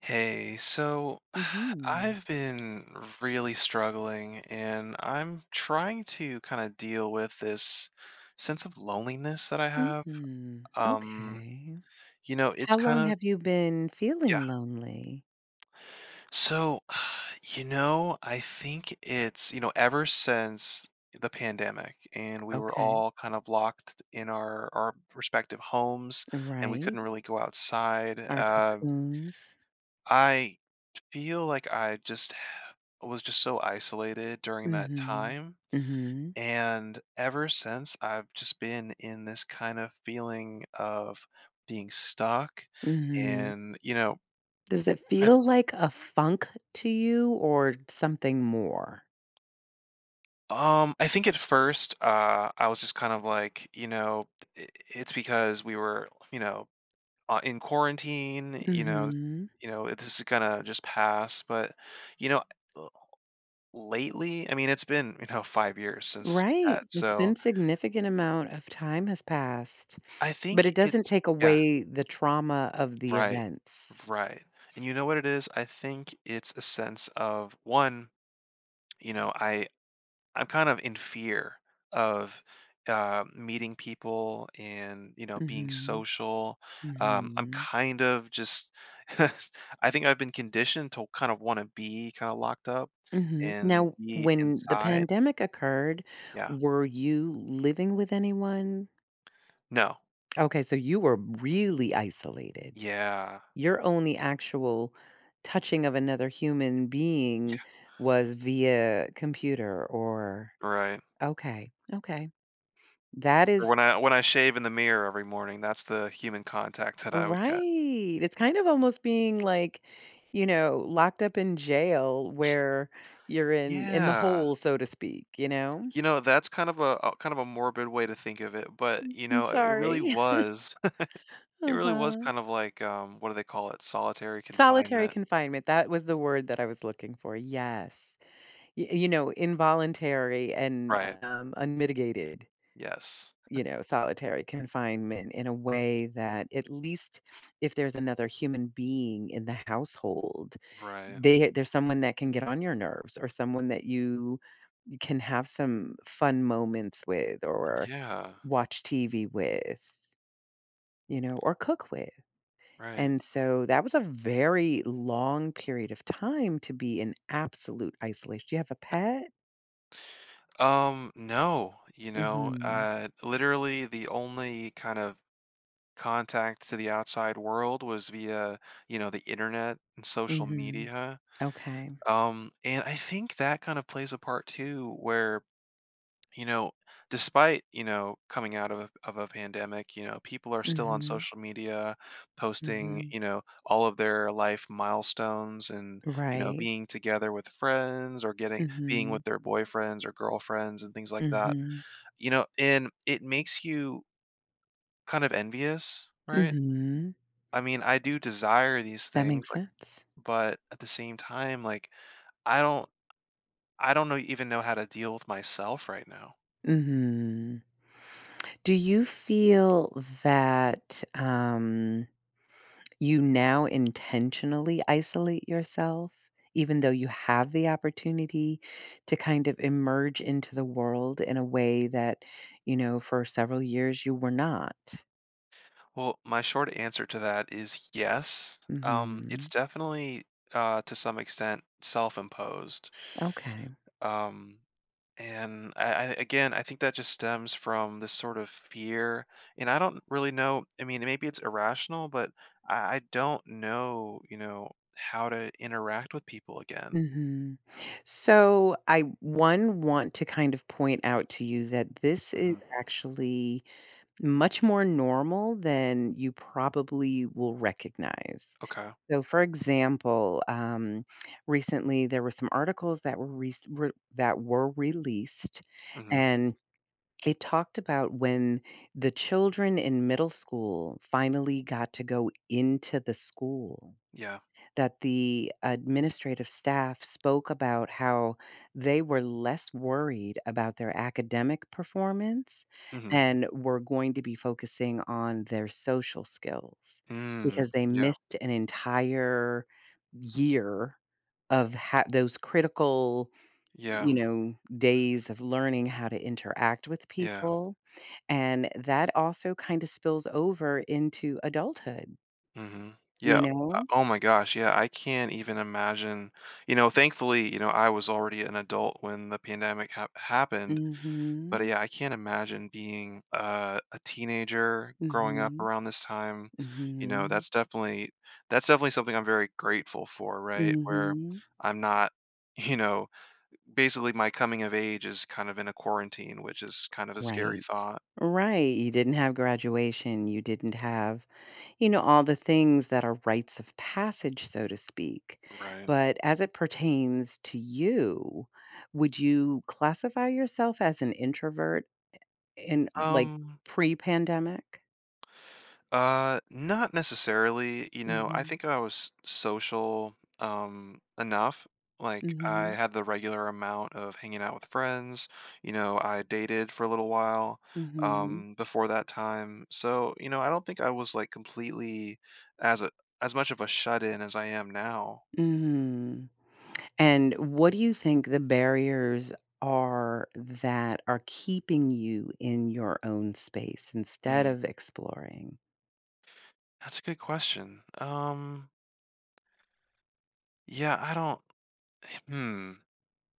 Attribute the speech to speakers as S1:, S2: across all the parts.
S1: Hey, so
S2: Mhm.
S1: I've been really struggling and I'm trying to kind of deal with this sense of loneliness that I have.
S2: Mhm.
S1: Um,
S2: Okay.
S1: you know,
S2: How
S1: it's kind
S2: long
S1: of,
S2: have you been
S1: yeah.
S2: feeling lonely?
S1: So, I think it's, ever since the pandemic and we were
S2: Okay.
S1: all kind of locked in our respective homes and we
S2: Right.
S1: couldn't really go outside.
S2: Our cocoons.
S1: I feel like I just was just so isolated during that
S2: Mhm.
S1: time,
S2: Mhm.
S1: and ever since, I've just been in this kind of feeling of being stuck,
S2: Mhm.
S1: and,
S2: Does it
S1: I
S2: feel like a funk to you or something more?
S1: I think at first, I was just kind of like, you know, I it's because we were, in quarantine,
S2: Mhm.
S1: this is gonna just pass, but, you know lately, I mean, it's been, you know, 5 years since
S2: Right.
S1: that,
S2: It's
S1: so
S2: been significant amount of time has passed,
S1: I
S2: but
S1: think
S2: it doesn't
S1: it's
S2: take
S1: Yeah,
S2: away the trauma of the
S1: right,
S2: events.
S1: right, and you know what it is? I think it's a sense of, 1, you know, I I'm kind of in fear of, meeting people and, you know, being
S2: Mhm.
S1: social. I'm
S2: Mhm.
S1: kind of just I think I've been conditioned to kind of wanna be kinda locked up
S2: Mhm.
S1: and
S2: Now,
S1: be
S2: when the
S1: inside.
S2: pandemic occurred,
S1: Yeah.
S2: were you living with anyone?
S1: No.
S2: Okay, so you were really isolated.
S1: Yeah.
S2: Your only actual touching of another human
S1: Yeah,
S2: being was via computer or
S1: right.
S2: okay, okay. That
S1: Or
S2: is
S1: when I shave in the mirror every morning, that's the human contact that I would get.
S2: right. It's kind of almost being like, you know, locked up in jail where you're in the
S1: Yeah.
S2: hole, so to speak, you know?
S1: You know, that's kind of a kind of a morbid way to think of it, but, you
S2: I'm
S1: know, it really
S2: sorry.
S1: was it really was
S2: Uh-huh.
S1: kind of like, what do they call it? Solitary
S2: Solitary
S1: confinement.
S2: confinement, that was the word that I was looking for, yes. Y you know, involuntary and,
S1: Right.
S2: unmitigated,
S1: Yes.
S2: you know, solitary confinement in a way that at least if there's another human being in the household,
S1: Right.
S2: they there's someone that can get on your nerves or someone that you can have some fun moments with or
S1: Yeah.
S2: watch TV with, you know, or cook with.
S1: Right.
S2: And so that was a very long period of time to be in absolute isolation. Do you have a pet?
S1: No, you know,
S2: Mhm.
S1: literally the only kind of contact to the outside world was via, you know, the internet and social
S2: Mhm.
S1: media.
S2: Okay.
S1: And I think that kind of plays a part too, where, you know, despite, you know, coming out of of a pandemic, you know, people are still on
S2: Mhm.
S1: social media posting,
S2: Mhm.
S1: you know, all of their life milestones and, you know,
S2: Right.
S1: being together with friends or getting being
S2: Mhm.
S1: with their boyfriends or girlfriends and things like that.
S2: Mhm.
S1: You know, and it makes you kind of envious, right?
S2: Mhm.
S1: I mean, I do desire these
S2: That
S1: things,
S2: makes
S1: like,
S2: sense.
S1: but at the same time, like, I don't I don't know even know how to deal with myself right now.
S2: Mhm. Do you feel that, you now intentionally isolate yourself, even though you have the opportunity to kind of emerge into the world in a way that, you know, for several years you were not.
S1: Well, my short answer to that is yes. It's
S2: Mhm.
S1: definitely to some extent self-imposed.
S2: Okay.
S1: Um, I, again, I think that just stems from this sort of fear. And I don't really know. I mean, maybe it's irrational, but I don't know, you know, how to interact with people again.
S2: Mhm. So I one want to kind of point out to you that this is
S1: hmm
S2: actually much more normal than you probably will recognize.
S1: Okay.
S2: So, for example, recently there were some articles that were released,
S1: hmm
S2: and it talked about when the children in middle school finally got to go into the school
S1: Yeah.
S2: that the administrative staff spoke about how they were less worried about their academic performance
S1: hmm
S2: and were going to be focusing on their social skills
S1: Mm.
S2: because they
S1: Yeah.
S2: missed an entire year of those critical,
S1: Yeah.
S2: you know, days of learning how to interact with
S1: Yeah.
S2: people, and that also kind of spills over into adulthood,
S1: Mhm.
S2: you
S1: Yeah.
S2: know.
S1: Oh my gosh, yeah, I can't even imagine you know, thankfully, you know, I was already an adult when the pandemic happened, but
S2: Mhm.
S1: yeah, I can't imagine being a teenager growing up
S2: Mhm.
S1: around this time, you know,
S2: Mhm.
S1: that's definitely something I'm very grateful for, right? Where
S2: Mhm.
S1: I'm not you know, basically my coming of age is kind of in a quarantine, which is kind of a scary
S2: Right.
S1: thought.
S2: Right. You didn't have graduation. You didn't have, you know, all the things that are rites of passage, so to speak.
S1: Right.
S2: But as it pertains to you, would you classify yourself as an introvert in like
S1: Um
S2: pre-pandemic?
S1: Not necessarily. You know, I
S2: Mhm.
S1: think I was social enough. Like I
S2: Mhm.
S1: had the regular amount of hanging out with friends. You know, I dated for a little while
S2: Mhm.
S1: before that time. So, you know, I don't think I was like completely as a as much of a shut in as I am now.
S2: Mhm. And what do you think the barriers are that are keeping you in your own space instead
S1: Mm,
S2: of exploring?
S1: that's a good question. Yeah, I don't. Hmm.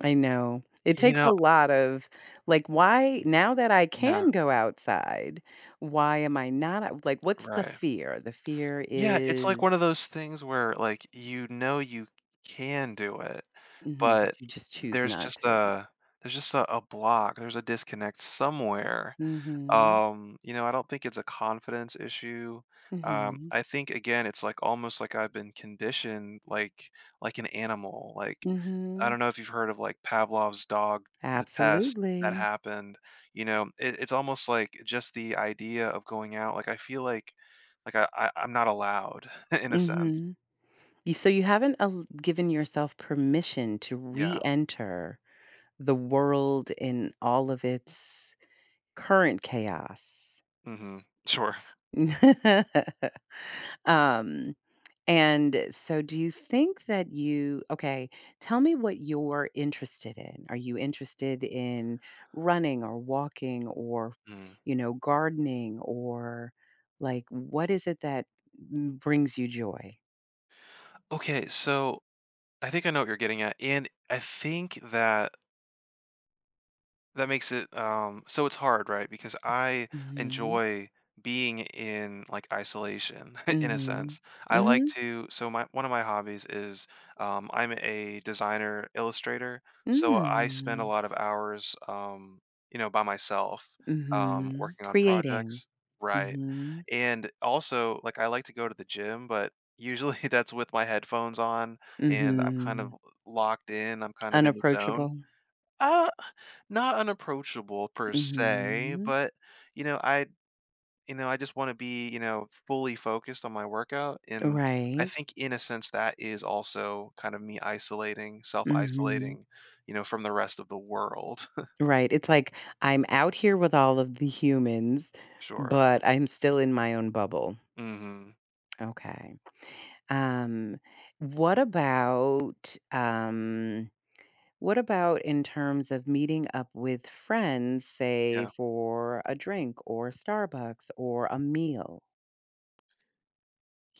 S2: I know. It
S1: You
S2: takes a
S1: know,
S2: lot of like, why now that I
S1: yeah,
S2: can go outside, why am I not out- like what's the
S1: right.
S2: fear? The fear
S1: Yeah, it's like
S2: is
S1: one of those things where, like, you know you can do it,
S2: mhm, but
S1: but
S2: you just choose
S1: there's
S2: not
S1: just
S2: to.
S1: a there's just a block, there's a disconnect somewhere.
S2: Mhm.
S1: You know, I don't think it's a confidence issue.
S2: Mhm.
S1: I think again, it's like almost like I've been conditioned like an animal. Like I
S2: Mhm.
S1: don't know if you've heard of like Pavlov's dog, the test that
S2: Absolutely.
S1: happened. You know, it's almost like just the idea of going out. Like I feel like like I'm not allowed in a sense.
S2: Mhm. You so you haven't al given yourself permission to
S1: Yeah.
S2: re-enter the world in all of its current chaos.
S1: Mm-hmm. Sure.
S2: Um, and so do you think that you okay, tell me what you're interested in. Are you interested in running or walking or,
S1: Mm.
S2: you know, gardening or, like, what is it that m brings you joy?
S1: Okay, so I think I know what you're getting at, and I think that so it's hard, right? Because I
S2: Mhm.
S1: enjoy being in, like, isolation in a
S2: Mhm.
S1: sense. I like
S2: Mhm.
S1: to so my one of my hobbies is, I'm a designer illustrator, so I spend a
S2: Mm,
S1: lot of hours, you know, by myself,
S2: mhm.
S1: working on
S2: Creating.
S1: projects. Right.
S2: Mm.
S1: And also, like, I like to go to the gym, but usually that's with my headphones on,
S2: Mhm,
S1: and I'm
S2: mm
S1: kind of
S2: mhm.
S1: locked in, I'm kind of in the zone.
S2: Unapproachable.
S1: Uh, Not unapproachable per
S2: Mm.
S1: se,
S2: Mhm.
S1: but, you know, I you know, I just wanna be, you know, fully focused on my workout, and I
S2: Right.
S1: think in a sense that is also kind of me isolating,
S2: Mm. Mhm.
S1: self-isolating, you know, from the rest of the world.
S2: Right, it's like, I'm out here with all of the humans,
S1: Sure.
S2: but I'm still in my own bubble.
S1: Mhm.
S2: Okay. Um, what about, um what about in terms of meeting up with friends, say,
S1: Yeah.
S2: for a drink or Starbucks or a meal?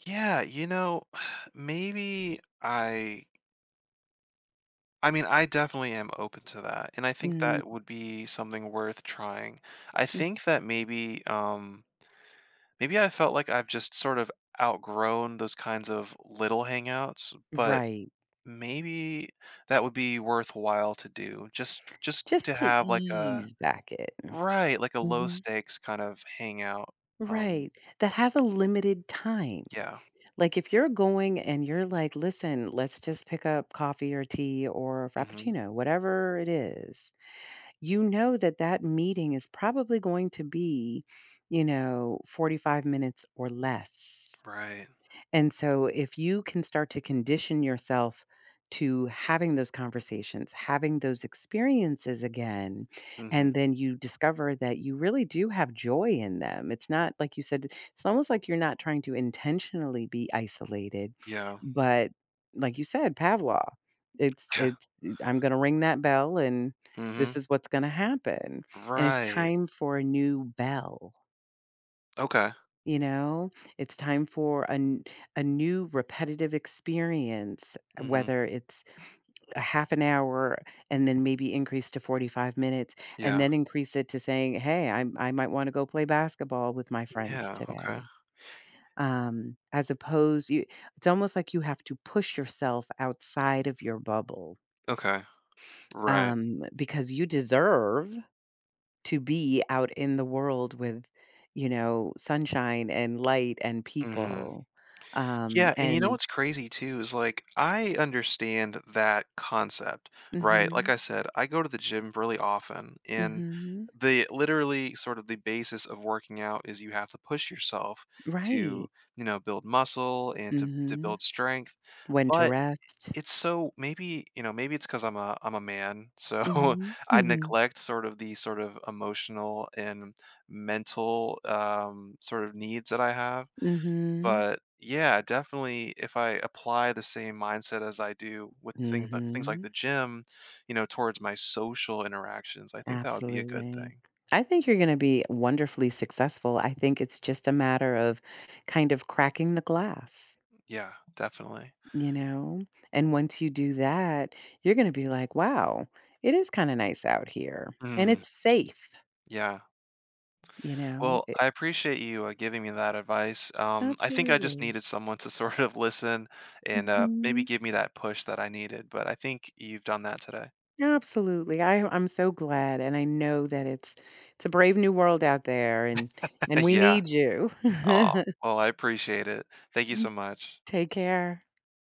S1: Yeah, you know, maybe I mean, I definitely am open to that, and I think
S2: Mm,
S1: that would be something worth trying. I
S2: mm
S1: think that maybe, maybe I felt like I've just sort of outgrown those kinds of little hangouts, but
S2: right.
S1: maybe that would be worthwhile to do just
S2: Just
S1: to
S2: to
S1: have like a
S2: ease back in.
S1: right, like a low
S2: Mhm.
S1: stakes kind of hangout. Um,
S2: Right. That has a limited time.
S1: yeah.
S2: Like, if you're going and you're like, "Listen, let's just pick up coffee or tea or
S1: Mhm.
S2: frappuccino," whatever it is, you know that that meeting is probably going to be, you know, 45 minutes or less.
S1: Right.
S2: And so if you can start to condition yourself to having those conversations, having those experiences again,
S1: Mhm.
S2: and then you discover that you really do have joy in them. It's not like you said, it's almost like you're not trying to intentionally be isolated,
S1: Yeah.
S2: but like you said, Pavlov, it's
S1: Yeah.
S2: it's I'm going to ring that bell and this
S1: Mhm.
S2: is what's going to happen. And it's
S1: Right.
S2: time for a new bell.
S1: Okay.
S2: You know, it's time for a new repetitive experience,
S1: Mhm.
S2: whether it's a half an hour and then maybe increase to 45 minutes and
S1: Yeah.
S2: then increase it to saying, "Hey, I might wanna go play basketball with my friends
S1: Yeah. Okay.
S2: today." As opposed you it's almost like you have to push yourself outside of your bubble,
S1: Okay. Right.
S2: because you deserve to be out in the world with, you know, sunshine and light and
S1: Mhm.
S2: people.
S1: Yeah, and you know
S2: And
S1: what's crazy too is like I understand that concept, right? Like
S2: mhm,
S1: I said, I go to the gym really often and
S2: mhm,
S1: the literally sort of the basis of working out is you have to push yourself
S2: right,
S1: to, you know, build muscle and to
S2: mhm,
S1: build strength.
S2: when to
S1: But
S2: rest.
S1: it's so maybe, you know, maybe it's because 'cause I'm a man, so
S2: Mhm,
S1: I
S2: mhm,
S1: neglect sort of emotional and mental sort of needs that I have
S2: mhm,
S1: but, yeah, definitely if I apply the same mindset as I do with things like
S2: mhm,
S1: the gym, you know, towards my social interactions, I think that would be a good
S2: absolutely.
S1: thing.
S2: I think you're going to be wonderfully successful. I think it's just a matter of kind of cracking the glass.
S1: Yeah, definitely.
S2: You know? And once you do that, you're gonna be like, "Wow, it is kinda nice out here, and
S1: Mm,
S2: it's safe."
S1: yeah.
S2: You know?
S1: Well,
S2: It
S1: I appreciate you, giving me that advice. I think I just
S2: absolutely.
S1: needed someone to sort of listen and, maybe
S2: Mhm.
S1: give me that push that I needed, but I think you've done that today.
S2: Absolutely. I'm so glad, and I know that it's a brave new world out there, and we
S1: Yeah.
S2: need you.
S1: Oh. Well, I appreciate it. Thank you so much.
S2: Take care.